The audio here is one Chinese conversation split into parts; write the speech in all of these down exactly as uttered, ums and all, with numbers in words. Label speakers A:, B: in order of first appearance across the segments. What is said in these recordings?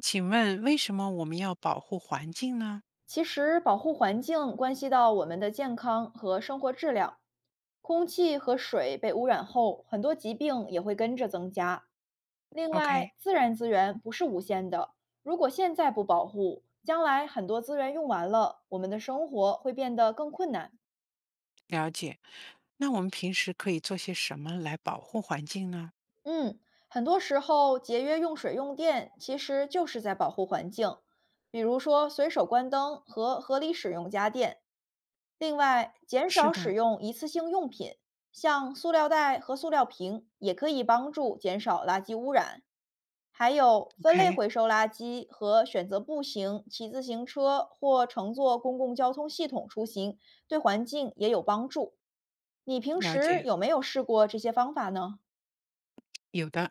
A: 请问为什么我们要保护环境呢
B: 其实，保护环境关系到我们的健康和生活质量。空气和水被污染后，很多疾病也会跟着增加。另外，
A: ？OK，
B: 自然资源不是无限的，如果现在不保护，将来很多资源用完了，我们的生活会变得更困难。
A: 了解。那我们平时可以做些什么来保护环境呢？
B: 嗯，很多时候节约用水用电其实就是在保护环境，比如说随手关灯和合理使用家电。另外，减
A: 是
B: 少使
A: 的，
B: 用一次性用品，像塑料袋和塑料瓶，也可以帮助减少垃圾污染。还有分类
A: OK，
B: 回收垃圾和选择步行、骑自行车或乘坐公共交通系统出行，对环境也有帮助。你平
A: 了
B: 时
A: 解。
B: 有没有试过这些方法呢？
A: 有的，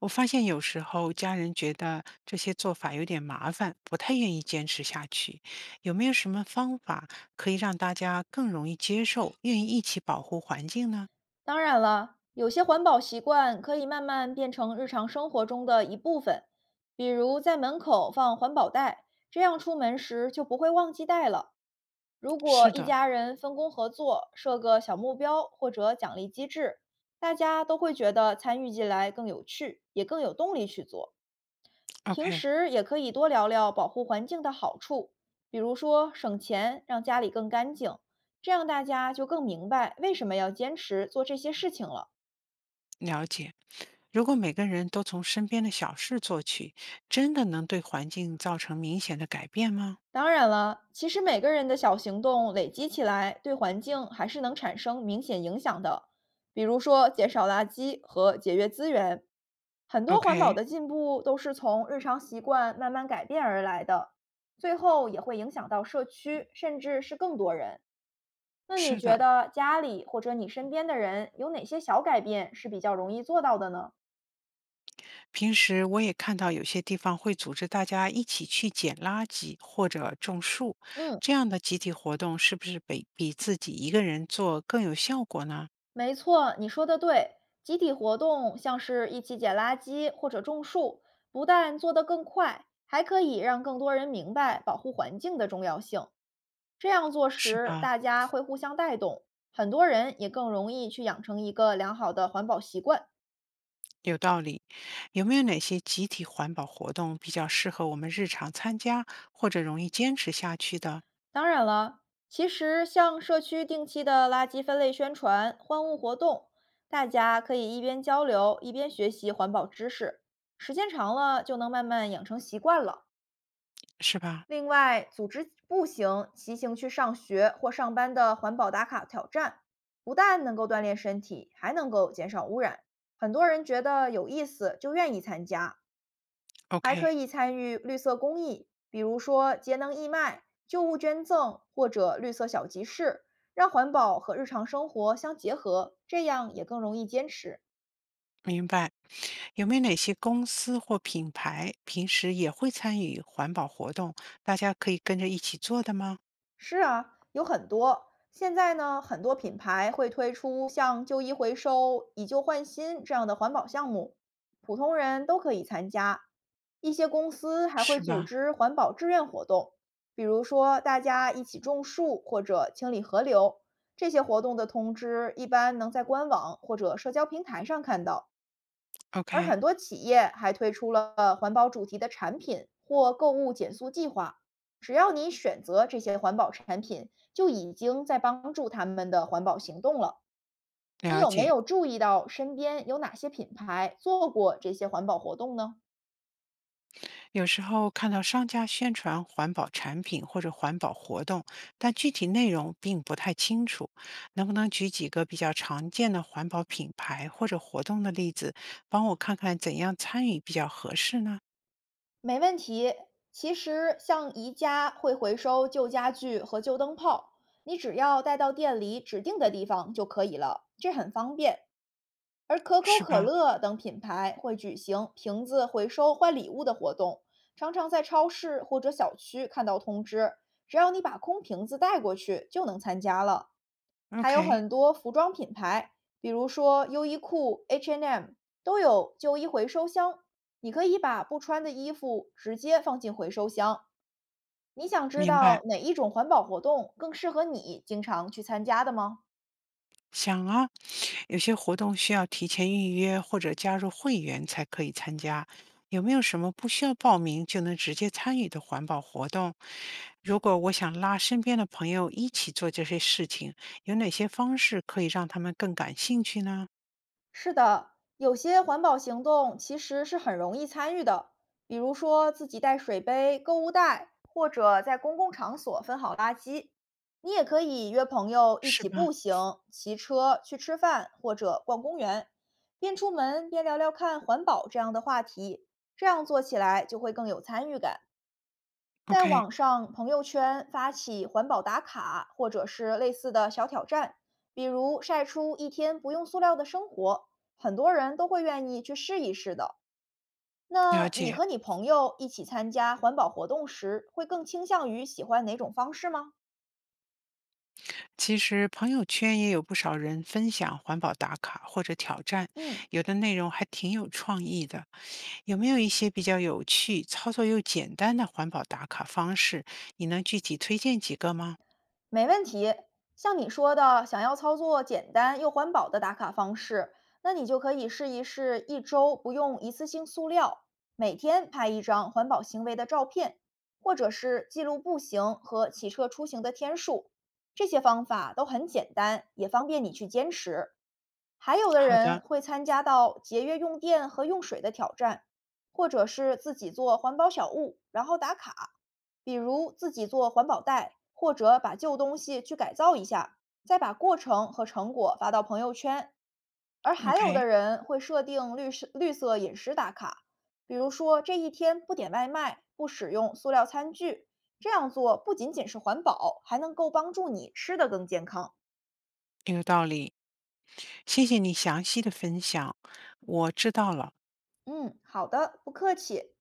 A: 我发现有时候家人觉得这些做法有点麻烦，不太愿意坚持下去。有没有什么方法可以让大家更容易接受，愿意一起保护环境呢？
B: 当然了，有些环保习惯可以慢慢变成日常生活中的一部分，比如在门口放环保袋，这样出门时就不会忘记带了。如果
A: 是
B: 一
A: 的，
B: 家人分工合作，设个小目标或者奖励机制，大家都会觉得参与进来更有趣，也更有动力去做。平
A: OK，
B: 时也可以多聊聊保护环境的好处，比如说省钱，让家里更干净，这样大家就更明白为什么要坚持做这些事情了。
A: 了解。如果每个人都从身边的小事做起，真的能对环境造成明显的改变吗
B: 当然了，其实每个人的小行动累积起来，对环境还是能产生明显影响的。比如说，减少垃圾和节约资源，很多环保
A: ？OK，
B: 的进步都是从日常习惯慢慢改变而来的，最后也会影响到社区，甚至是更多人。那你
A: 是
B: 觉
A: 的，
B: 得家里或者你身边的人有哪些小改变是比较容易做到的呢？
A: 平时我也看到有些地方会组织大家一起去捡垃圾或者种树，
B: 嗯。
A: 这样的集体活动是不是比比自己一个人做更有效果呢？
B: 没错，你说的对。集体活动像是一起捡垃圾或者种树，不但做得更快，还可以让更多人明白保护环境的重要性。这样做
A: 是
B: 时，
A: 吧？
B: 大家会互相带动，很多人也更容易去养成一个良好的环保习惯。
A: 有道理。有没有哪些集体环保活动比较适合我们日常参加或者容易坚持下去的？
B: 当然了，其实像社区定期的垃圾分类宣传、欢物活动，大家可以一边交流，一边学习环保知识，时间长了就能慢慢养成习惯了。
A: 是吧
B: 另外，组织步行、骑行去上学或上班的环保打卡挑战，不但能够锻炼身体，还能够减少污染。很多人觉得有意思，就愿意参加，还可
A: ？OK，
B: 以参与绿色公益，比如说节能义卖、旧物捐赠或者绿色小集市，让环保和日常生活相结合，这样也更容易坚持。
A: 明白。有没有哪些公司或品牌平时也会参与环保活动，大家可以跟着一起做的吗？
B: 是啊，有很多。现在呢，很多品牌会推出像旧衣回收、以旧换新这样的环保项目，普通人都可以参加。一些公司还会
A: 是
B: 组
A: 吧
B: 织环保志愿活动，比如说大家一起种树或者清理河流。这些活动的通知一般能在官网或者社交平台上看到。而
A: ？OK，
B: 很多企业还推出了环保主题的产品或购物减速计划。只要你选择这些环保产品，就已经在帮助他们的环保行动了。你
A: 了
B: 有没
A: 解。
B: 有注意到身边有哪些品牌做过这些环保活动呢？
A: 有时候看到商家宣传环保产品或者环保活动，但具体内容并不太清楚，能不能举几个比较常见的环保品牌或者活动的例子，帮我看看怎样参与比较合适呢？
B: 没问题。其实，像宜家会回收旧家具和旧灯泡，你只要带到店里指定的地方就可以了，这很方便。而可口
A: 是
B: 可
A: 吧
B: 乐等品牌会举行瓶子回收换礼物的活动，常常在超市或者小区看到通知，只要你把空瓶子带过去就能参加了。还有
A: ？OK，
B: 很多服装品牌，比如说优衣库、H M 都有旧衣回收箱，你可以把不穿的衣服直接放进回收箱。你想知
A: 明
B: 道
A: 白。
B: 哪一种环保活动更适合你经常去参加的吗？
A: 想啊，有些活动需要提前预约或者加入会员才可以参加。有没有什么不需要报名就能直接参与的环保活动？如果我想拉身边的朋友一起做这些事情，有哪些方式可以让他们更感兴趣呢？
B: 是的，有些环保行动其实是很容易参与的，比如说自己带水杯、购物袋，或者在公共场所分好垃圾。你也可以约朋友一
A: 是
B: 起步
A: 吧
B: 行、骑车去吃饭或者逛公园，边出门边聊聊看环保这样的话题，这样做起来就会更有参与感。在
A: ？OK，
B: 网上朋友圈发起环保打卡，或者是类似的小挑战，比如晒出一天不用塑料的生活，很多人都会愿意去试一试的。
A: 了
B: 那你
A: 解。
B: 和你朋友一起参加环保活动时，会更倾向于喜欢哪种方式吗？
A: 其实朋友圈也有不少人分享环保打卡或者挑战，
B: 嗯。
A: 有的内容还挺有创意的。有没有一些比较有趣、操作又简单的环保打卡方式？你能具体推荐几个吗？
B: 没问题，像你说的，想要操作简单又环保的打卡方式，那你就可以试一试一周不用一次性塑料，每天拍一张环保行为的照片，或者是记录步行和骑车出行的天数。这些方法都很简单，也方便你去坚持。还有的
A: 好
B: 人
A: 的
B: 会参加到节约用电和用水的挑战，或者是自己做环保小物，然后打卡，比如自己做环保袋，或者把旧东西去改造一下，再把过程和成果发到朋友圈。而还有的
A: ，OK，
B: 人会设定绿色绿色饮食打卡，比如说这一天不点外卖，不使用塑料餐具。这样做不仅仅是环保，还能够帮助你吃得更健康。
A: 有道理，谢谢你详细的分享，我知道了。
B: 嗯，好的，不客气。